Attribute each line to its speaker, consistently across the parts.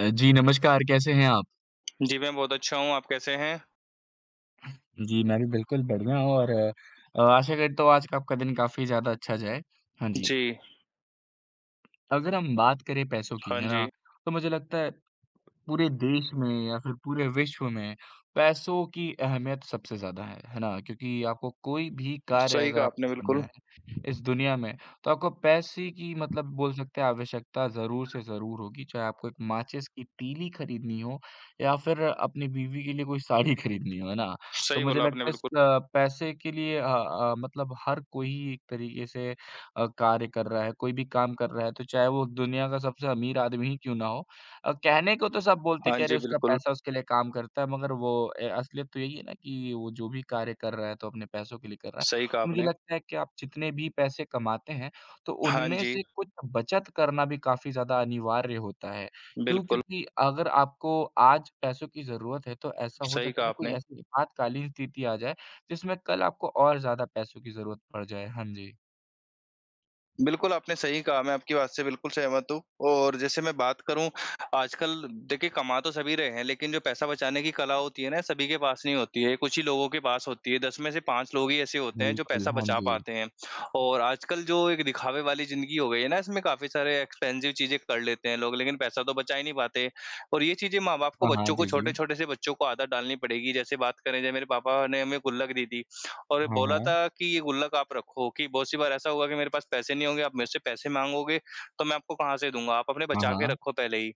Speaker 1: जी, नमस्कार कैसे हैं आप?
Speaker 2: जी, मैं बहुत अच्छा हूँ, आप कैसे हैं?
Speaker 1: जी, मैं भी बिल्कुल बढ़िया हूँ और आशा करता हूँ आज का आपका दिन काफ़ी ज़्यादा अच्छा जाए। हाँ जी,
Speaker 2: जी,
Speaker 1: अगर हम बात करें पैसों की,
Speaker 2: हाँ
Speaker 1: है ना?
Speaker 2: जी,
Speaker 1: तो मुझे लगता है पूरे देश में या फिर पूरे विश्व में पैसों की अहमियत सबसे ज़्यादा है ना? क्योंकि आपको कोई भी कार्य
Speaker 2: सही
Speaker 1: अगर
Speaker 2: कहा
Speaker 1: आपको
Speaker 2: आपने
Speaker 1: करना
Speaker 2: बिल्कुल,
Speaker 1: है इस दुनिया में, तो आपको पैसे की मतलब बोल सकते हैं आवश्यकता ज़रूर से ज़रूर होगी, चाहे आपको एक माचिस की तीली खरीदनी हो या फिर अपनी बीवी के लिए कोई साड़ी खरीदनी हो, है ना? तो
Speaker 2: सही
Speaker 1: मुझे
Speaker 2: बोला आपने
Speaker 1: लगता है इस
Speaker 2: बिल्कुल।
Speaker 1: पैसे के लिए मतलब हर कोई एक तरीके से कार्य कर रहा है, कोई भी काम कर रहा है, तो चाहे वो दुनिया का सबसे अमीर आदमी ही क्यों ना हो, कहने को तो सब बोलते
Speaker 2: हाँ
Speaker 1: कि अरे
Speaker 2: जी,
Speaker 1: उसका
Speaker 2: बिल्कुल,
Speaker 1: पैसा उसके लिए काम करता है मगर वो असलियत तो यही है ना कि वो जो भी कार्य कर रहा है तो अपने पैसों के लिए कर रहा
Speaker 2: सही
Speaker 1: है।
Speaker 2: कहा
Speaker 1: तो मुझे
Speaker 2: आपने।
Speaker 1: लगता है कि आप जितने भी पैसे कमाते हैं तो
Speaker 2: हाँ
Speaker 1: उनमें
Speaker 2: जी,
Speaker 1: से कुछ बचत करना भी काफ़ी ज़्यादा अनिवार्य होता है। क्यों?
Speaker 2: बिल्कुल,
Speaker 1: क्योंकि अगर आपको आज पैसों की ज़रूरत है तो ऐसा हो
Speaker 2: सही
Speaker 1: सकता है
Speaker 2: कहा
Speaker 1: ना कोई
Speaker 2: आपने।
Speaker 1: ऐसी आपातकालीन स्थिति आ जाए जिसमें कल आपको और ज़्यादा पैसों की ज़रूरत पड़ जाए। हाँ जी।
Speaker 2: बिल्कुल, आपने सही कहा, मैं आपकी बात से बिल्कुल सहमत हूँ और जैसे मैं बात करूँ आजकल देखिए कमा तो सभी रहे हैं, लेकिन जो पैसा बचाने की कला होती है ना सभी के पास नहीं होती है, कुछ ही लोगों के पास होती है, 10 में से 5 लोग ही ऐसे होते हैं जो
Speaker 1: बिल्कुल,
Speaker 2: पैसा
Speaker 1: हाँ
Speaker 2: बचा
Speaker 1: जी।
Speaker 2: पाते हैं। और आजकल जो एक दिखावे वाली ज़िंदगी हो गई है ना इसमें काफ़ी सारे एक्सपेंसिव चीज़ें कर लेते हैं लोग, लेकिन पैसा तो बचा ही नहीं पाते। और ये चीज़ें माँ-बाप को
Speaker 1: हाँ, हाँ।
Speaker 2: बच्चों को
Speaker 1: जी, जी।
Speaker 2: छोटे-छोटे से बच्चों को आदत डालनी पड़ेगी, जैसे बात करें जब मेरे पापा ने हमें गुल्लक दी थी, और
Speaker 1: हाँ,
Speaker 2: बोला
Speaker 1: हाँ।
Speaker 2: था कि ये गुल्लक आप रखो कि बहुत सी बार ऐसा होगा कि मेरे पास पैसे नहीं होंगे, आप मेरे से पैसे माँगोगे, तो मैं आपको कहाँ से दूँगा? आप अपने
Speaker 1: हाँ,
Speaker 2: बचा के
Speaker 1: हाँ।
Speaker 2: रखो पहले ही।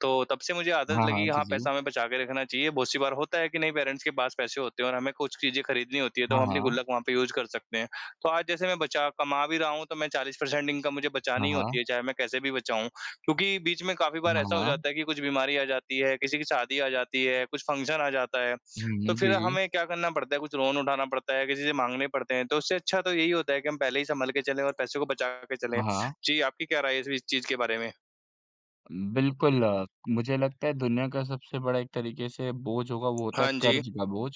Speaker 2: तो तब से मुझे आदत
Speaker 1: हाँ, हाँ।
Speaker 2: लगी
Speaker 1: जी,
Speaker 2: हाँ,
Speaker 1: जी।
Speaker 2: पैसा हमें बचा के रखना चाहिए। बहुत सी बार होता है कि नहीं पेरेंट्स के पास पैसे होते हैं और हमें कुछ चीज़ें खरीदनी होती है, तो
Speaker 1: हाँ,
Speaker 2: हम अपनी
Speaker 1: हाँ।
Speaker 2: गुल्लक वहाँ पे यूज़ कर सकते हैं। तो आज जैसे मैं बचा कमा भी रहा हूँ, तो मैं 40% इनकम मुझे बचानी
Speaker 1: हाँ,
Speaker 2: ही होती
Speaker 1: हाँ।
Speaker 2: है, चाहे मैं कैसे भी बचाऊँ। क्योंकि बीच में काफ़ी बार
Speaker 1: हाँ,
Speaker 2: ऐसा हो
Speaker 1: हाँ।
Speaker 2: जाता है कि कुछ बीमारी आ जाती है, किसी की शादी आ जाती है, कुछ फंक्शन आ जाता है,
Speaker 1: हुँ, जी,
Speaker 2: तो फिर
Speaker 1: जी।
Speaker 2: हमें क्या करना पड़ता है, कुछ लोन उठाना पड़ता है, किसी से माँगने पड़ते हैं, तो उससे अच्छा तो यही होता है कि हम पहले ही सँभल के चलें और पैसे को बचा के चलें।
Speaker 1: हाँ, हाँ।
Speaker 2: जी, आपकी क्या राय है इस चीज़ के बारे में?
Speaker 1: बिल्कुल, मुझे लगता है दुनिया का सबसे बड़ा एक तरीके से बोझ होगा वो होता है
Speaker 2: हाँ जी,
Speaker 1: कर्ज़ का बोझ,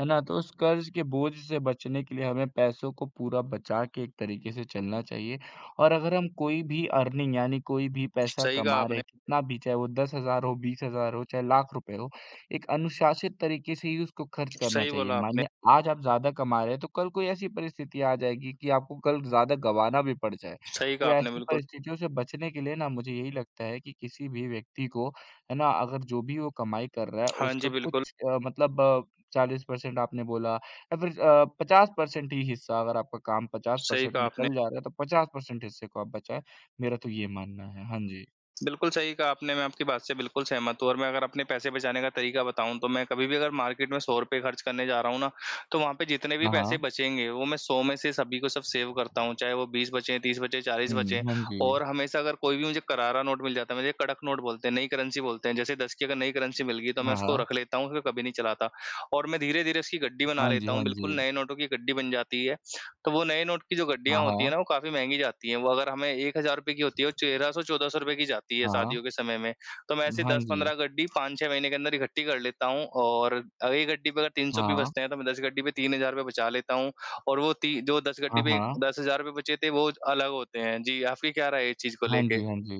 Speaker 1: है ना? तो उस कर्ज़ के बोझ से बचने के लिए हमें पैसों को पूरा बचा के एक तरीके से चलना चाहिए और अगर हम कोई भी अर्निंग यानी कोई भी पैसा
Speaker 2: सही कहा
Speaker 1: कमा रहे हैं,
Speaker 2: आपने,
Speaker 1: कितना भी चाहे वो 10,000 हो, 20,000 हो, चाहे लाख रुपए हो, एक अनुशासित तरीके से ही उसको खर्च करना
Speaker 2: सही
Speaker 1: चाहिए।
Speaker 2: बोला आपने,
Speaker 1: मानिए आज आप ज़्यादा कमा रहे हैं, तो कल कोई ऐसी परिस्थिति आ जाएगी कि आपको कल ज़्यादा गँवाना भी पड़ जाए।
Speaker 2: सही कहा
Speaker 1: तो
Speaker 2: आपने
Speaker 1: ऐसी
Speaker 2: बिल्कुल।
Speaker 1: परिस्थितियों से बचने के लिए ना मुझे यही लगता है कि किसी भी व्यक्ति को, है ना, अगर जो भी वो कमाई कर रहा है
Speaker 2: हाँ
Speaker 1: उसका
Speaker 2: जी, बिल्कुल,
Speaker 1: कुछ मतलब 40% आपने बोला या फिर 50% ही हिस्सा अगर आपका काम
Speaker 2: सही
Speaker 1: 50%
Speaker 2: कहा
Speaker 1: में
Speaker 2: आपने।
Speaker 1: चल जा रहा है तो 50% हिस्से को आप बचाएँ, मेरा तो ये मानना है। हाँ जी।
Speaker 2: बिल्कुल सही कहा आपने, मैं आपकी बात से बिल्कुल सहमत हूँ और मैं अगर अपने पैसे बचाने का तरीका बताऊँ तो मैं कभी भी अगर मार्केट में ₹100 खर्च करने जा रहा हूँ ना, तो वहाँ पे जितने भी
Speaker 1: हाँ,
Speaker 2: पैसे
Speaker 1: हाँ।
Speaker 2: बचेंगे वो मैं 100 में से सभी को सब सेव करता हूँ, चाहे वो 20 बचें, 30 बचें, 40
Speaker 1: हुँ,
Speaker 2: बचें
Speaker 1: हाँ जी।
Speaker 2: और हमेशा अगर कोई भी मुझे करारा नोट मिल जाता है, मुझे कड़क नोट बोलते हैं, नई करेंसी बोलते हैं, जैसे 10 की अगर नई करेंसी मिल गई तो मैं
Speaker 1: हाँ,
Speaker 2: उसको
Speaker 1: हाँ।
Speaker 2: रख लेता हूँ, उसको कभी नहीं चलाता और मैं धीरे-धीरे उसकी गड्डी
Speaker 1: हाँ
Speaker 2: बना
Speaker 1: जी,
Speaker 2: लेता हूँ,
Speaker 1: हाँ जी।
Speaker 2: बिल्कुल नए नोटों की गड्डी बन जाती है तो वो नए नोट की जो
Speaker 1: हाँ,
Speaker 2: गड्डियाँ होती है
Speaker 1: हाँ।
Speaker 2: ना, वो काफ़ी महँगी जाती हैं। वो अगर हमें ₹1000 की होती है, वो 1300-1400 रुपए की जाती है
Speaker 1: हाँ, हाँ।
Speaker 2: शादियों के समय में। तो मैं ऐसे
Speaker 1: हाँ जी।
Speaker 2: 10-15 गड्डी 5-6 महीने के अंदर इकट्ठी कर लेता हूँ और एक गड्डी पे अगर 300
Speaker 1: हाँ,
Speaker 2: भी
Speaker 1: हाँ।
Speaker 2: बचते हैं, तो मैं 10 गड्डी पे ₹3000 बचा लेता हूँ और वो ती जो 10
Speaker 1: हाँ,
Speaker 2: गड्डी पे
Speaker 1: हाँ।
Speaker 2: ₹10,000 बचे थे, वो अलग होते हैं। जी, आपकी क्या राय है इस चीज़ को
Speaker 1: हाँ
Speaker 2: लेके?
Speaker 1: जी, हाँ जी।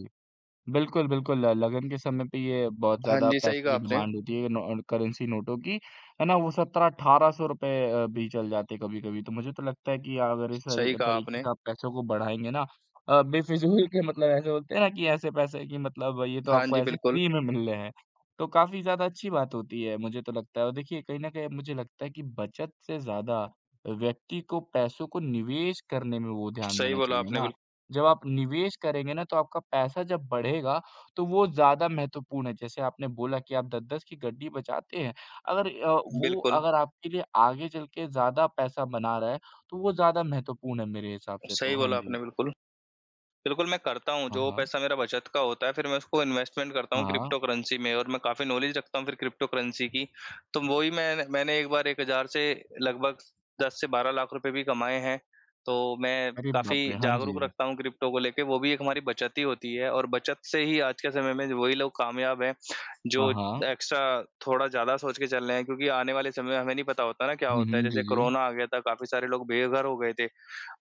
Speaker 1: बिल्कुल, बिल्कुल, ल लगन के समय पे ये बहुत
Speaker 2: हाँ
Speaker 1: ज़्यादा
Speaker 2: जी, सही
Speaker 1: पैसों
Speaker 2: कहा
Speaker 1: की
Speaker 2: आपने,
Speaker 1: डिमांड होती है, करेंसी नोटों की, है ना? वो 17-₹1800 भी चल जाते हैं कभी-कभी, तो मुझे तो लगता है कि अगर इस
Speaker 2: सही कहा
Speaker 1: तरीके
Speaker 2: आपने।
Speaker 1: से आप पैसों को बढ़ाएँगे ना बेफिज़ूल के मतलब ऐसे बोलते हैं ना कि ऐसे पैसे कि मतलब ये तो
Speaker 2: हाँ
Speaker 1: आपको
Speaker 2: जी,
Speaker 1: ऐसे
Speaker 2: बिल्कुल।
Speaker 1: फ्री में मिल रहे हैं, तो काफ़ी ज़्यादा अच्छी बात होती है, मुझे तो लगता है और देखिए कहीं न कहीं मुझे लगता है कि बचत से ज़्यादा व्यक्ति को पैसों को निवेश करने में वो ध्यान
Speaker 2: सही
Speaker 1: देना
Speaker 2: बोला
Speaker 1: चाहिए
Speaker 2: आपने
Speaker 1: ना।
Speaker 2: बिल
Speaker 1: जब आप निवेश करेंगे ना, तो आपका पैसा जब बढ़ेगा, तो वो ज़्यादा महत्वपूर्ण है। जैसे आपने बोला कि आप 10-10 की गड्डी बचाते हैं, अगर अ, वो
Speaker 2: बिल्कुल,
Speaker 1: अगर आपके लिए आगे चल के ज़्यादा पैसा बना रहा है, तो वो ज़्यादा महत्वपूर्ण है मेरे हिसाब से तो।
Speaker 2: सही
Speaker 1: हाँ
Speaker 2: बोला
Speaker 1: जी।
Speaker 2: आपने बिल्कुल। बिल्कुल, मैं करता हूँ,
Speaker 1: हाँ,
Speaker 2: जो
Speaker 1: हाँ।
Speaker 2: पैसा मेरा बचत का होता है फिर मैं उसको इन्वेस्टमेंट करता
Speaker 1: हाँ।
Speaker 2: हूँ
Speaker 1: हाँ।
Speaker 2: क्रिप्टो करेंसी में और मैं काफ़ी नॉलेज रखता हूँ फिर क्रिप्टो करेंसी की। तो वो ही मैंने एक बार 1000 से लगभग 10 से 12 लाख रुपए भी कमाए हैं। तो मैं
Speaker 1: अरे
Speaker 2: काफ़ी
Speaker 1: बाप रे! हाँ जी।
Speaker 2: जागरूक रखता हूँ क्रिप्टो को लेके, वो भी एक हमारी बचत ही होती है और बचत से ही आज के समय में वही लोग कामयाब हैं,
Speaker 1: हाँ,
Speaker 2: जो
Speaker 1: हाँ।
Speaker 2: एक्स्ट्रा थोड़ा ज़्यादा सोच के चल रहे हैं क्योंकि आने वाले समय में हमें नहीं पता होता ना क्या
Speaker 1: हुँ, हुँ।
Speaker 2: होता है।
Speaker 1: जी,
Speaker 2: जैसे
Speaker 1: जी।
Speaker 2: कोरोना आ गया था, काफ़ी सारे लोग बेघर हो गए थे।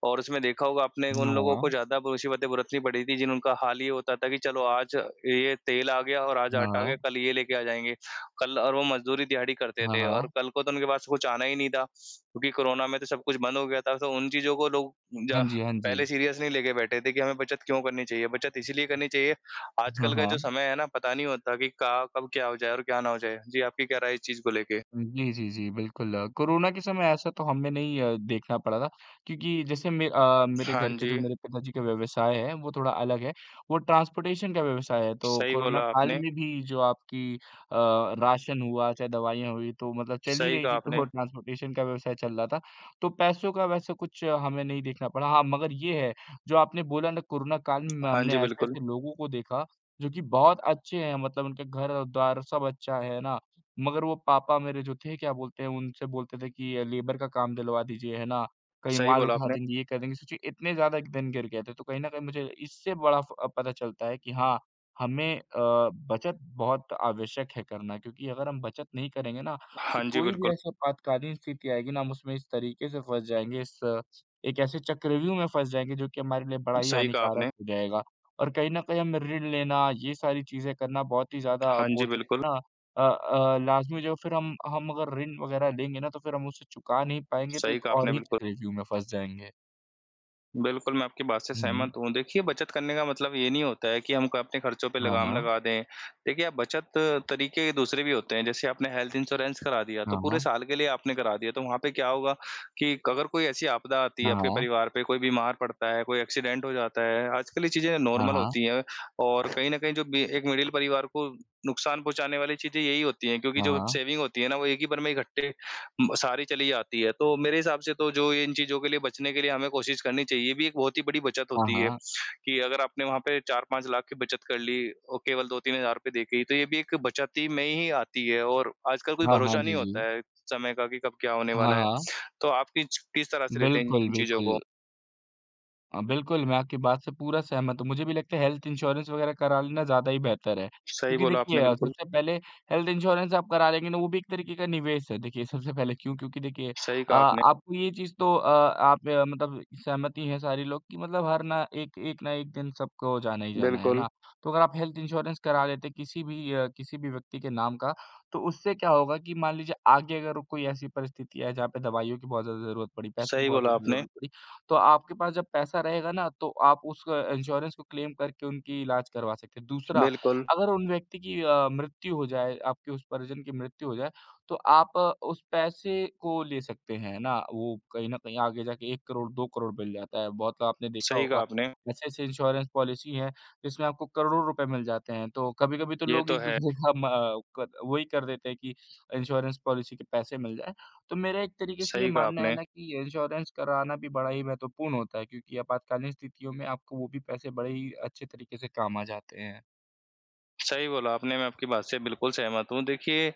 Speaker 2: और उसमें देखा होगा आपने
Speaker 1: हाँ,
Speaker 2: उन लोगों को
Speaker 1: हाँ।
Speaker 2: ज़्यादा ब मुसीबतें बरतनी पड़ी थी जिनका हाल ये होता था कि चलो आज ये तेल आ गया और आज
Speaker 1: हाँ,
Speaker 2: आटा आ
Speaker 1: हाँ।
Speaker 2: गया, कल ये लेके आ जाएँगे। कल और वो मज़दूरी दिहाड़ी करते
Speaker 1: हाँ,
Speaker 2: थे और
Speaker 1: हाँ।
Speaker 2: कल को तो उनके पास कुछ आना ही नहीं था, क्योंकि कोरोना में तो सब कुछ बंद हो गया था, तो उन चीज़ों को लोग
Speaker 1: हाँ
Speaker 2: जा
Speaker 1: जी, हाँ जी।
Speaker 2: पहले सीरियस नहीं लेके बैठे थे कि हमें बचत क्यों करनी चाहिए? बचत इसीलिए करनी चाहिए,
Speaker 1: हाँ,
Speaker 2: आजकल का
Speaker 1: हाँ।
Speaker 2: जो समय है ना, पता नहीं होता कि कहाँ कब क्या हो जाए और क्या ना हो जाए। जी, आपकी क्या राय है इस चीज़ को लेके?
Speaker 1: जी, जी, जी, बिल्कुल। कोरोना के समय ऐसा तो हमें नहीं देखना पड़ा था क्योंकि जैसे मेरे
Speaker 2: हाँ
Speaker 1: घर के जो
Speaker 2: जी,
Speaker 1: मेरे पिताजी का व्यवसाय है, वो थोड़ा अलग है, वो ट्रांसपोर्टेशन का व्यवसाय है। तो
Speaker 2: सही
Speaker 1: कोरोना
Speaker 2: बोला
Speaker 1: काल
Speaker 2: आपने,
Speaker 1: में भी जो आपकी राशन हुआ, चाहे दवाइयाँ हुई, तो मतलब चल ही
Speaker 2: सही
Speaker 1: रही
Speaker 2: कहा
Speaker 1: थी, तो वो
Speaker 2: आपने।
Speaker 1: ट्रांसपोर्टेशन का व्यवसाय चल रहा था। तो पैसों का वैसा कुछ हमें नहीं देखना पड़ा। हाँ, मगर ये है, जो आपने बोला ना कोरोना काल में
Speaker 2: हाँ
Speaker 1: हमने
Speaker 2: जी, बिल्कुल,
Speaker 1: ऐसे-ऐसे लोगों को देखा, जो कि बहुत अच्छे हैं, मतलब उनके घर-द्वार सब अच्छा है ना? मगर वो पापा मेरे जो थे क्या बोलते हैं उनसे बोलते थे कि लेबर का काम दिलवा दीजिए, है ना? कहीं
Speaker 2: सही
Speaker 1: माल
Speaker 2: बोला
Speaker 1: उठा
Speaker 2: आपने।
Speaker 1: देंगे, ये कर देंगे। सोचिए इतने ज़्यादा एक दिन गिर गए थे, तो कहीं न कहीं मुझे इससे बड़ा फ पता चलता है कि हाँ, हमें बचत बहुत आवश्यक है करना क्योंकि अगर हम बचत नहीं करेंगे ना, तो
Speaker 2: हाँ जी,
Speaker 1: कोई भी
Speaker 2: बिल्कुल,
Speaker 1: ऐसी आपातकालीन स्थिति आएगी ना, हम उसमें इस तरीके से फँस जाएँगे, एक ऐसे चक्रव्यूह में फँस जाएँगे जो कि हमारे लिए बड़ा ही
Speaker 2: सही कहा
Speaker 1: हानिकारक
Speaker 2: आपने।
Speaker 1: हो जाएगा। और कहीं न कहीं हम ऋण लेना, ये सारी चीज़ें करना बहुत ही ज़्यादा आप
Speaker 2: हाँ जी,
Speaker 1: बोल सकते
Speaker 2: बिल्कुल,
Speaker 1: हैं ना लाज़मी जो फिर हम अगर ऋण वग़ैरह लेंगे ना, तो फिर हम उसे चुका नहीं पाएँगे, तो
Speaker 2: सही
Speaker 1: एक
Speaker 2: कहा
Speaker 1: और
Speaker 2: आपने
Speaker 1: ही
Speaker 2: बिल्कुल।
Speaker 1: चक्रव्यूह में फँस जाएँगे।
Speaker 2: बिल्कुल, मैं आपकी बात से
Speaker 1: हुँ,
Speaker 2: सहमत हूँ। देखिए, बचत करने का मतलब ये नहीं होता है कि हम क अपने खर्चों पे
Speaker 1: हाँ,
Speaker 2: लगाम
Speaker 1: हाँ।
Speaker 2: लगा दें। देखिए, आप बचत तरीके दूसरे भी होते हैं, जैसे आपने हेल्थ इंश्योरेंस करा दिया,
Speaker 1: हाँ,
Speaker 2: तो पूरे
Speaker 1: हाँ।
Speaker 2: साल के लिए आपने करा दिया, तो वहाँ पे क्या होगा कि अगर कोई ऐसी आपदा आती है आपके
Speaker 1: हाँ,
Speaker 2: परिवार पे, कोई बीमार पड़ता है, कोई एक्सीडेंट हो जाता है, आजकल ये चीज़ें नॉर्मल
Speaker 1: हाँ।
Speaker 2: होती हैं और कहीं न कहीं जो बी एक मिडल परिवार को नुकसान पहुँचाने वाली चीज़ें यही होती हैं क्योंकि
Speaker 1: हाँ,
Speaker 2: जो
Speaker 1: हाँ।
Speaker 2: सेविंग होती है ना, वो एक ही बार में इकट्ठे म सारी चली जाती है। तो मेरे हिसाब से तो जो ये इन चीज़ों के लिए बचने के लिए हमें कोशिश करनी चाहिए। ये भी एक बहुत ही बड़ी बचत
Speaker 1: हाँ,
Speaker 2: होती है
Speaker 1: हाँ।
Speaker 2: कि अगर आपने वहाँ पे 4-5 लाख की बचत कर ली और केवल 2-3 हज़ार रुपए दे के ही, तो ये भी एक बचत ही में ही आती है और आजकल कोई
Speaker 1: हाँ, हाँ। हाँ, हाँ।
Speaker 2: भरोसा
Speaker 1: जी,
Speaker 2: नहीं
Speaker 1: जी।
Speaker 2: होता है समय का कि कब क्या होने
Speaker 1: हाँ,
Speaker 2: वाला है।
Speaker 1: हाँ।
Speaker 2: तो आप किच किस तरह से लेते हैं
Speaker 1: बिल्कुल,
Speaker 2: इन चीज़ों
Speaker 1: बिल्कुल।
Speaker 2: को?
Speaker 1: बिल्कुल, मैं आपकी बात से पूरा सहमत हूँ। मुझे भी लगता है हेल्थ इंश्योरेंस वगैरह करा लेना ज़्यादा ही बेहतर है।
Speaker 2: सही
Speaker 1: क्योंकि
Speaker 2: बोला
Speaker 1: देखिए
Speaker 2: आपने बिल्कुल,
Speaker 1: सबसे पहले हेल्थ इंश्योरेंस आप करा लेंगे ना, वो भी एक तरीके का निवेश है। देखिए सबसे पहले क्यों? क्योंकि देखिए
Speaker 2: सही कहा आपने।
Speaker 1: आपको ये चीज़ तो आप मतलब सहमत ही हैं सारे लोग कि मतलब हर ना एक एक ना एक दिन सबको जाना ही जाना है
Speaker 2: बिल्कुल,
Speaker 1: ना? तो अगर आप हेल्थ इंश्योरेंस करा लेते किसी भी व्यक्ति के नाम का, तो उससे क्या होगा कि मान लीजिए आगे अगर कोई ऐसी परिस्थिति है जहाँ पे दवाइयों की बहुत ज़्यादा ज़रूरत पड़ी, पैसों की
Speaker 2: सही
Speaker 1: बहुत
Speaker 2: बोला
Speaker 1: ज़्यादा
Speaker 2: आपने।
Speaker 1: ज़रूरत पड़ी तो आपके पास जब पैसा रहेगा ना, तो आप उस इंश्योरेंस को क्लेम करके उनकी इलाज करवा सकते हैं। दूसरा,
Speaker 2: बिल्कुल,
Speaker 1: अगर उन व्यक्ति की मृत्यु हो जाए, आपके उस परिजन की मृत्यु हो जाए, तो आप उस पैसे को ले सकते हैं, है ना? वो कहीं न कहीं आगे जाके 1 करोड़, 2 करोड़ मिल जाता है। बहुत बार आपने देखा
Speaker 2: सही कहा
Speaker 1: होगा,
Speaker 2: आपने।
Speaker 1: ऐसे-ऐसे इंश्योरेंस पॉलिसी हैं, जिसमें आपको करोड़ों रुपए मिल जाते हैं। तो कभी-कभी तो
Speaker 2: ये
Speaker 1: लोग
Speaker 2: तो है,
Speaker 1: एक-दूसरे का म क वही कर देते हैं कि इंश्योरेंस पॉलिसी के पैसे मिल जाएँ। तो मेरा एक तरीके से ये
Speaker 2: सही कहा
Speaker 1: मानना है
Speaker 2: आपने।
Speaker 1: ना कि इंश्योरेंस कराना भी बड़ा ही महत्वपूर्ण होता है क्योंकि आपातकालीन स्थितियों में आपको वो भी पैसे बड़े ही अच्छे तरीके से काम आ जाते हैं।
Speaker 2: सही बोला आपने, मैं आपकी बात से बिल्कुल सहमत हूँ। देखिए,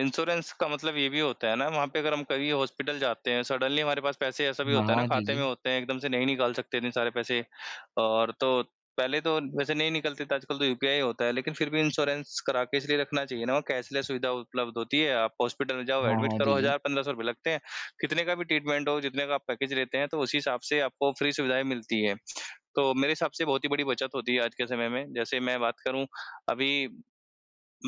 Speaker 2: इंश्योरेंस का मतलब ये भी होता है ना, वहाँ पे अगर हम कभी हॉस्पिटल जाते हैं, सडनली हमारे पास पैसे ऐसा भी
Speaker 1: हाँ,
Speaker 2: होता है ना,
Speaker 1: हाँ। जी,
Speaker 2: खाते में
Speaker 1: जी।
Speaker 2: होते हैं, एकदम से नहीं निकाल सकते इतने सारे पैसे और तो पहले तो वैसे नहीं निकलते थे, आजकल तो यूपीआई होता है, लेकिन फिर भी इंश्योरेंस करा के इसलिए रखना चाहिए ना, वहाँ कैशलेस सुविधा उपलब्ध होती है। आप हॉस्पिटल में जाओ,
Speaker 1: हाँ,
Speaker 2: एडमिट
Speaker 1: हाँ। जी,
Speaker 2: करो,
Speaker 1: जी।
Speaker 2: 1000-₹1500 लगते हैं। कितने का भी ट्रीटमेंट हो, जितने का आप पैकेज लेते हैं, तो उसी हिसाब से आपको फ्री सुविधाएँ मिलती हैं। तो मेरे हिसाब से बहुत ही बड़ी बचत होती है आज के समय में। जैसे मैं बात करूँ अभी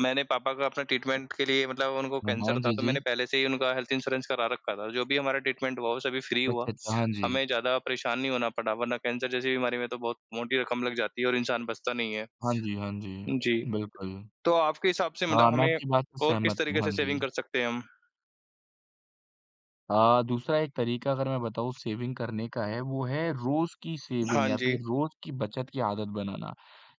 Speaker 2: मैंने पापा का अपना ट्रीटमेंट के लिए मतलब उनको
Speaker 1: हाँ, हाँ।
Speaker 2: कैंसर था,
Speaker 1: जी,
Speaker 2: तो
Speaker 1: जी।
Speaker 2: मैंने पहले से ही उनका हेल्थ इंश्योरेंस करा रखा था। जो भी हमारा ट्रीटमेंट हुआ वो सभी फ्री हुआ।
Speaker 1: अच्छा, अच्छा। हाँ जी।
Speaker 2: हमें ज़्यादा परेशान नहीं होना पड़ा, वरना कैंसर जैसी बीमारी में तो बहुत मोटी रकम लग जाती है और इंसान बचता नहीं है।
Speaker 1: हाँ जी, हाँ जी।
Speaker 2: जी,
Speaker 1: बिल्कुल।
Speaker 2: तो आपके हिसाब से
Speaker 1: हाँ,
Speaker 2: मतलब
Speaker 1: मैं
Speaker 2: हमें
Speaker 1: आपकी बात से
Speaker 2: और किस
Speaker 1: सहमत हूँ।
Speaker 2: तरीके
Speaker 1: हाँ
Speaker 2: से
Speaker 1: जी।
Speaker 2: सेविंग कर सकते हैं हम?
Speaker 1: दूसरा एक तरीका अगर मैं बताऊँ सेविंग करने का है, वो है रोज़ की सेविंग
Speaker 2: हाँ
Speaker 1: या
Speaker 2: जी,
Speaker 1: फिर रोज़ की बचत की आदत बनाना,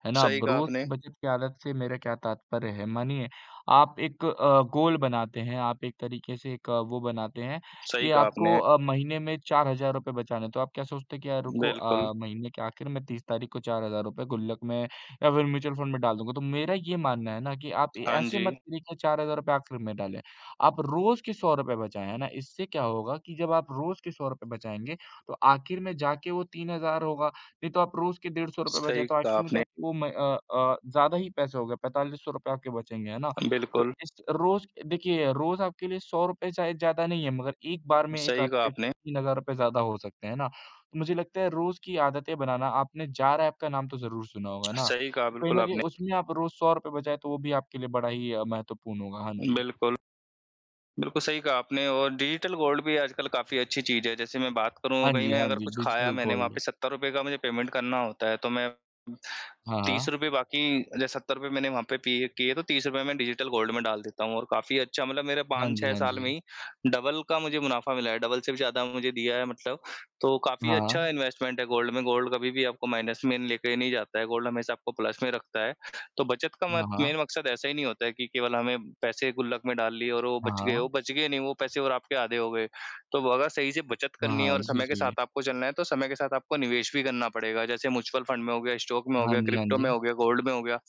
Speaker 1: है ना?
Speaker 2: सही
Speaker 1: अब
Speaker 2: कहा
Speaker 1: रोज़
Speaker 2: आपने,
Speaker 1: की बचत की आदत से मेरा क्या तात्पर्य है, मानिए आप एक गोल बनाते हैं, आप एक तरीके से एक वो बनाते हैं
Speaker 2: सही
Speaker 1: कि
Speaker 2: कहा
Speaker 1: आपको
Speaker 2: आपने।
Speaker 1: महीने में ₹4000 बचाने हैं, तो आप क्या सोचते हैं कि यार रुको
Speaker 2: बिल्कुल,
Speaker 1: महीने के आखिर में 30 तारीख को ₹4000 गुल्लक में या फिर म्यूचुअल फंड में डाल दूँगा। तो मेरा ये मानना है ना कि आप ए
Speaker 2: हाँ
Speaker 1: ऐसे
Speaker 2: जी,
Speaker 1: मत करिए कि ₹4000 आखिर में डालें। आप रोज़ के ₹100 बचाएँ, है ना? इससे क्या होगा कि जब आप रोज़ के ₹100 बचाएँगे, तो आखिर में जाके वो 3000 होगा। नहीं तो आप रोज़ के ₹150 बचाएँ,
Speaker 2: सही
Speaker 1: तो
Speaker 2: कहा
Speaker 1: आखिर में
Speaker 2: आपने।
Speaker 1: जाके वो ज़्यादा ही पैसे हो गए, ₹4500 आपके बचेंगे, है ना? तो
Speaker 2: बिल्कुल,
Speaker 1: इस रोज़ देखिए, रोज़ आपके लिए ₹100 चाहे ज़्यादा नहीं है, मगर एक बार में एक
Speaker 2: सही कहा
Speaker 1: आपके
Speaker 2: आपने,
Speaker 1: ₹3000 ज़्यादा हो सकते हैं, है ना? तो मुझे लगता है रोज़ की आदतें बनाना, आपने जार ऐप का नाम तो ज़रूर सुना होगा, है ना?
Speaker 2: सही कहा
Speaker 1: तो कहीं
Speaker 2: बिल्कुल
Speaker 1: न कहीं
Speaker 2: आपने।
Speaker 1: उसमें आप रोज़ ₹100 बचाएँ, तो वो भी आपके लिए बड़ा ही महत्वपूर्ण होगा। हाँ जी।
Speaker 2: बिल्कुल। बिल्कुल सही कहा आपने और डिजिटल गोल्ड भी आजकल काफ़ी अच्छी चीज़ है। जैसे मैं बात करूँ
Speaker 1: हाँ
Speaker 2: कहीं
Speaker 1: जी,
Speaker 2: मैं
Speaker 1: हाँ
Speaker 2: अगर
Speaker 1: जी,
Speaker 2: कुछ खाया
Speaker 1: डिजिटल
Speaker 2: मैंने वहाँ
Speaker 1: गोल्ड।
Speaker 2: पे ₹70 का मुझे पेमेंट करना होता है तो मैं
Speaker 1: हाँ, हाँ।
Speaker 2: ₹30 बाकी जैसे ₹70 मैंने वहाँ पे पे किए तो ₹30 मैं डिजिटल गोल्ड में डाल देता हूँ और काफ़ी अच्छा मतलब मेरे
Speaker 1: हाँ जी,
Speaker 2: 5-6
Speaker 1: हाँ
Speaker 2: साल में
Speaker 1: जी।
Speaker 2: ही डबल का मुझे मुनाफ़ा मिला है, डबल से भी ज़्यादा मुझे दिया है मतलब। तो काफ़ी
Speaker 1: हाँ,
Speaker 2: अच्छा इन्वेस्टमेंट है गोल्ड में, गोल्ड कभी भी आपको माइनस में लेके नहीं जाता है, गोल्ड हमेशा आपको प्लस में रखता है। तो बचत का मत
Speaker 1: हाँ।
Speaker 2: मेन मकसद ऐसा ही नहीं होता है कि केवल हमें पैसे गुल्लक में डाल लिए और
Speaker 1: हाँ, हाँ। हाँ, हाँ।
Speaker 2: वो बच गए नहीं, वो पैसे और आपके आधे हो गए। तो वो अगर सही से बचत
Speaker 1: हाँ,
Speaker 2: करनी
Speaker 1: हाँ।
Speaker 2: है और
Speaker 1: जी,
Speaker 2: समय के
Speaker 1: जी।
Speaker 2: साथ आपको चलना है, तो समय के साथ आपको निवेश भी करना पड़ेगा। जैसे म्यूचुअल फंड में हो गया, स्टॉक में हो
Speaker 1: हाँ
Speaker 2: गया,
Speaker 1: जी, हाँ
Speaker 2: क्रिप्टो में
Speaker 1: जी।
Speaker 2: हो गया, गोल्ड में हो गया।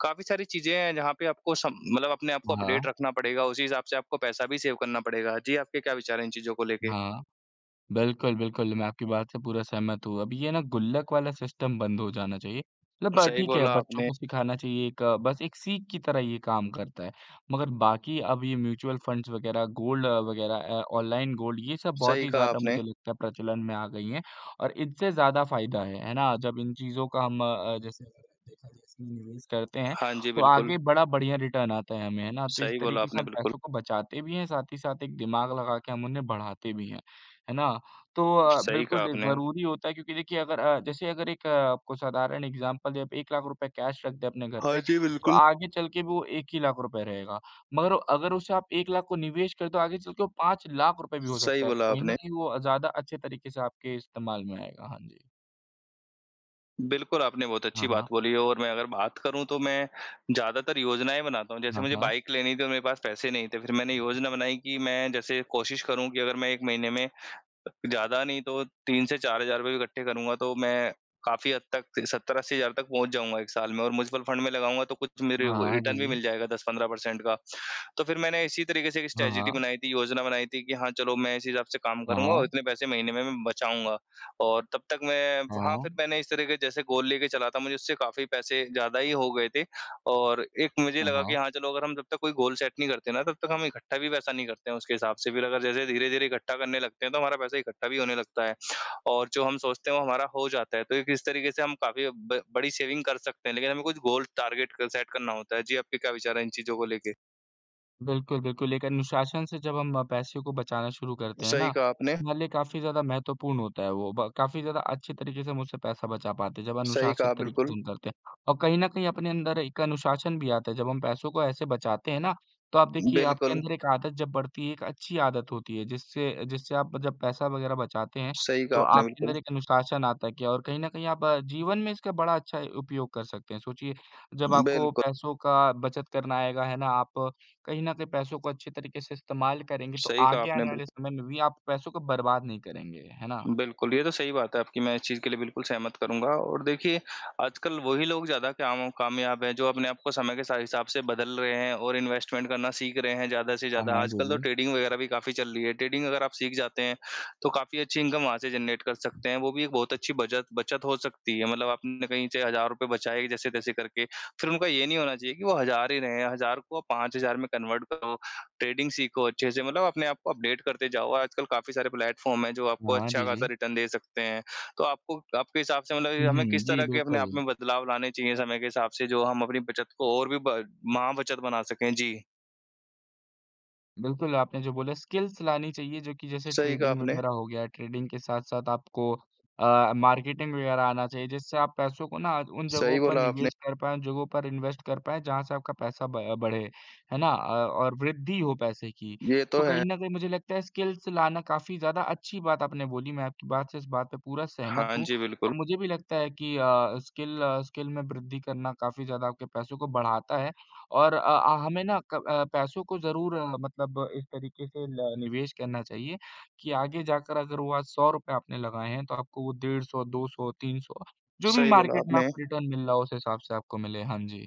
Speaker 2: काफ़ी सारी चीज़ें हैं जहाँ पे आपको सम मतलब अपने आप को अपडेट
Speaker 1: हाँ,
Speaker 2: रखना पड़ेगा, उसी हिसाब से आपको पैसा भी सेव करना पड़ेगा। जी, आपके क्या विचार हैं इन चीज़ों को लेके?
Speaker 1: हाँ। बिल्कुल, बिल्कुल, मैं आपकी बात से पूरा सहमत हूँ। अब ये ना गुल्लक वाला सिस्टम बंद हो जाना चाहिए। मतलब
Speaker 2: सही
Speaker 1: ठीक है,
Speaker 2: बोला
Speaker 1: बच्चों
Speaker 2: आपने,
Speaker 1: को सिखाना चाहिए एक बस एक सीख की तरह ये काम करता है। मगर बाकी अब ये म्यूचुअल फंड्स वगैरह, गोल्ड वगैरह ऑनलाइन गोल्ड ये सब बहुत
Speaker 2: सही
Speaker 1: ही
Speaker 2: कहा
Speaker 1: ज़्यादा
Speaker 2: आपने।
Speaker 1: मुझे लगता है प्रचलन में आ गई हैं और इनसे ज़्यादा फ़ायदा है ना? जब इन चीज़ों का हम जैसे देखा जाए इसमें निवेश करते हैं,
Speaker 2: हाँ जी,
Speaker 1: तो
Speaker 2: बिल्कुल।
Speaker 1: आगे बड़ा बढ़िया रिटर्न आता है हमें, है ना? तो इस
Speaker 2: सही बोला
Speaker 1: तरीके से
Speaker 2: आपने,
Speaker 1: हम
Speaker 2: बिल्कुल।
Speaker 1: पैसों को बचाते भी हैं, साथ ही साथ एक दिमाग लगा के हम उन्हें बढ़ाते भी हैं, है ना? तो
Speaker 2: सही
Speaker 1: बिल्कुल
Speaker 2: कहा आपने।
Speaker 1: ज़रूरी होता है क्योंकि देखिए अगर जैसे अगर एक आपको साधारण एग्ज़ाम्पल दें, आप ₹1,00,000 कैश रख दें अपने घर
Speaker 2: हाँ
Speaker 1: पे,
Speaker 2: जी,
Speaker 1: तो
Speaker 2: बिल्कुल।
Speaker 1: आगे चल के भी वो ₹1 ही लाख रुपए रहेगा। मगर अगर उसे आप 1,00,000 को निवेश करें, तो आगे चल के वो ₹5,00,000 भी हो
Speaker 2: सही
Speaker 1: सकता है।
Speaker 2: बोला
Speaker 1: तो कहीं न
Speaker 2: आपने।
Speaker 1: कहीं वो ज़्यादा अच्छे तरीके से आपके इस्तेमाल में आएगा। हाँ जी।
Speaker 2: बिल्कुल, आपने बहुत
Speaker 1: हाँ,
Speaker 2: अच्छी बात
Speaker 1: हाँ।
Speaker 2: बोली है और मैं अगर बात करूँ तो मैं ज़्यादातर योजनाएँ बनाता हूँ। जैसे
Speaker 1: हाँ,
Speaker 2: मुझे
Speaker 1: हाँ।
Speaker 2: बाइक लेनी थी और मेरे पास पैसे नहीं थे, फिर मैंने योजना बनाई कि मैं जैसे कोशिश करूँ कि अगर मैं 1 महीने में ज़्यादा नहीं तो 3 से ₹4000 भी इकट्ठे करूँगा तो मैं काफ़ी हद तक 70-80,000 तक पहुँच जाऊँगा 1 साल में और म्यूचुअल फंड में लगाऊँगा तो कुछ मेरे
Speaker 1: हाँ,
Speaker 2: वो
Speaker 1: हाँ। जी,
Speaker 2: रिटर्न भी
Speaker 1: जी।
Speaker 2: मिल जाएगा 10-15% का। तो फिर मैंने इसी तरीके से एक
Speaker 1: हाँ,
Speaker 2: स्ट्रेटजी
Speaker 1: हाँ।
Speaker 2: बनाई थी, योजना बनाई थी कि हाँ, चलो मैं इस हिसाब से काम
Speaker 1: हाँ,
Speaker 2: करूँगा और
Speaker 1: हाँ।
Speaker 2: इतने पैसे महीने में मैं बचाऊँगा और तब तक मैं
Speaker 1: हाँ,
Speaker 2: हाँ, फिर
Speaker 1: हाँ।
Speaker 2: मैंने इस तरह के जैसे गोल लेके चला था मुझे उससे काफ़ी पैसे ज़्यादा ही हो गए थे। और एक मुझे
Speaker 1: हाँ,
Speaker 2: लगा कि
Speaker 1: हाँ।
Speaker 2: हाँ, चलो अगर हम जब तक कोई गोल सेट नहीं करते ना, तब तक हम इकट्ठा भी पैसा नहीं करते हैं उसके हिसाब से। फिर अगर जैसे धीरे-धीरे इकट्ठा करने लगते हैं, तो हमारा पैसा इकट्ठा भी होने लगता है और जो हम सोचते हैं, वो हमारा हो जाता है। तो एक इस तरीके से हम काफ़ी ब बड़ी सेविंग कर सकते हैं, लेकिन हमें कुछ गोल टारगेट क सेट करना होता है। जी, आपके क्या विचार हैं इन चीज़ों को लेके?
Speaker 1: बिल्कुल, बिल्कुल। एक अनुशासन से जब हम पैसे को बचाना शुरू करते हैं ना,
Speaker 2: सही कहा आपने,
Speaker 1: हमारे लिए काफ़ी ज़्यादा महत्वपूर्ण होता है वो। ब काफ़ी ज़्यादा अच्छे तरीके से हम उससे पैसा बचा पाते हैं, जब
Speaker 2: सही
Speaker 1: अनुशासित
Speaker 2: कहा
Speaker 1: तरीके से
Speaker 2: बिल्कुल।
Speaker 1: हम करते हैं। और कहीं न कहीं अपने अंदर एक अनुशासन भी आता है, जब हम पैसों को ऐसे बचाते हैं ना, तो आप देखिए आपके
Speaker 2: बिल्कुल,
Speaker 1: अंदर एक आदत जब बढ़ती है, एक अच्छी आदत होती है, जिससे जिससे आप जब पैसा वग़ैरह बचाते हैं,
Speaker 2: सही
Speaker 1: तो
Speaker 2: कहा आपने
Speaker 1: आपके
Speaker 2: बिल्कुल।
Speaker 1: अंदर एक अनुशासन आता है कि और कहीं न कहीं आप जीवन में इसका बड़ा अच्छा उपयोग कर सकते हैं। सोचिए, जब आपको
Speaker 2: बिल्कुल,
Speaker 1: पैसों का बचत करना आएगा, है ना, आप कहीं न कहीं पैसों को अच्छे तरीके से इस्तेमाल करेंगे, तो
Speaker 2: सही कहा
Speaker 1: आगे
Speaker 2: आपने
Speaker 1: आने वाले
Speaker 2: बिल्कुल।
Speaker 1: समय में भी आप पैसों को बर्बाद नहीं करेंगे, है ना?
Speaker 2: बिल्कुल, ये तो सही बात है आपकी, मैं इस चीज़ के लिए बिल्कुल सहमत करूँगा और देखिए, आजकल वही लोग ज़्यादा कामयाब हैं, जो अपने आप को समय के सा हिसाब से बदल रहे हैं और इन्वेस्टमेंट करना सीख रहे हैं ज़्यादा से
Speaker 1: हाँ,
Speaker 2: ज़्यादा।
Speaker 1: हाँ। जी,
Speaker 2: आजकल तो
Speaker 1: जी।
Speaker 2: ट्रेडिंग वगैरह भी काफ़ी चल रही है, ट्रेडिंग अगर आप सीख जाते हैं, तो काफ़ी अच्छी इनकम वहाँ से जनरेट कर सकते हैं, वो भी एक बहुत अच्छी बचत बचत हो सकती है। मतलब आपने कहीं से ₹1000 बचाए जैसे-तैसे करके, फिर उनका ये नहीं होना चाहिए कि वो हज़ार ही रहें, हज़ार को 5000 में कन्वर्ट करो ट्रेडिंग सीखो अच्छे से मतलब अपने आप को अपडेट करते जाओ और आजकल काफ़ी सारे प्लेटफ़ॉर्म हैं जो आपको
Speaker 1: हाँ, हाँ।
Speaker 2: अच्छा
Speaker 1: जी,
Speaker 2: खासा
Speaker 1: जी।
Speaker 2: रिटर्न दे सकते हैं। तो आपको आपके हिसाब से मतलब
Speaker 1: हुँ,
Speaker 2: हमें
Speaker 1: हुँ।
Speaker 2: किस
Speaker 1: जी,
Speaker 2: तरह के अपने आप
Speaker 1: बिल्कुल।
Speaker 2: में बदलाव लाने चाहिए समय के हिसाब से जो हम अपनी बचत को और भी ब महाबचत बना सकें? जी।
Speaker 1: बिल्कुल, आपने जो बोला स्किल्स लानी चाहिए जो कि जैसे
Speaker 2: सही कहा
Speaker 1: ट्रेडिंग
Speaker 2: आपने,
Speaker 1: वगैरह हो गया, ट्रेडिंग के साथ-साथ आपको मार्केटिंग वगैरह आना चाहिए जिससे आप पैसों को ना उन जगहों
Speaker 2: सही
Speaker 1: पर
Speaker 2: बोला आपने।
Speaker 1: निवेश कर पाएँ, उन जगहों पर इन्वेस्ट कर पाएँ जहाँ से आपका पैसा ब बढ़े, है ना? और वृद्धि हो पैसे की।
Speaker 2: ये
Speaker 1: तो
Speaker 2: तो है।
Speaker 1: कहीं न कहीं मुझे लगता है स्किल्स लाना काफ़ी ज़्यादा अच्छी बात आपने बोली, मैं आपकी बात से इस बात पे पूरा सहमत
Speaker 2: हाँ
Speaker 1: हूँ।
Speaker 2: जी, बिल्कुल।
Speaker 1: और मुझे भी लगता है कि स्किल स्किल में वृद्धि करना काफ़ी ज़्यादा आपके पैसों को बढ़ाता है। और हमें ना पैसों को ज़रूर मतलब इस तरीके से ल निवेश करना चाहिए कि आगे जाकर अगर वो आज ₹100 आपने लगाए हैं, तो आपको वो 150, 200, 300 जो भी
Speaker 2: सही बोला
Speaker 1: मार्केट में
Speaker 2: आपने।
Speaker 1: आपको रिटर्न मिल रहा हो, उस हिसाब से आपको मिले। हाँ जी।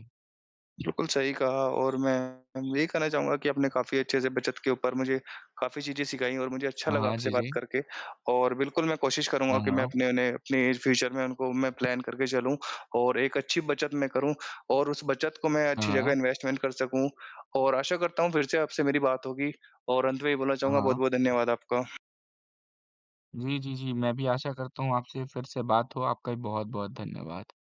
Speaker 2: बिल्कुल सही कहा और मैं यही कहना चाहूँगा कि आपने काफ़ी अच्छे से बचत के ऊपर मुझे काफ़ी चीज़ें सिखाई और मुझे अच्छा
Speaker 1: हाँ,
Speaker 2: लगा
Speaker 1: हाँ।
Speaker 2: आपसे
Speaker 1: जी,
Speaker 2: बात
Speaker 1: जी।
Speaker 2: करके और बिल्कुल मैं कोशिश
Speaker 1: हाँ,
Speaker 2: करूँगा कि मैं
Speaker 1: हाँ।
Speaker 2: अपने उन्हें अपने फ्यूचर में उनको मैं प्लान करके चलूँ और एक अच्छी बचत मैं करूँ और उस बचत को मैं
Speaker 1: हाँ,
Speaker 2: अच्छी जगह
Speaker 1: हाँ।
Speaker 2: इन्वेस्टमेंट कर सकूँ और आशा करता हूँ फिर से आपसे मेरी बात होगी और अंत में ये बोलना
Speaker 1: हाँ,
Speaker 2: चाहूँगा
Speaker 1: हाँ।
Speaker 2: बहुत-बहुत धन्यवाद आपका।
Speaker 1: जी, जी, जी। मैं भी आशा करता हूँ आपसे फिर से बात हो। आपका भी बहुत-बहुत धन्यवाद।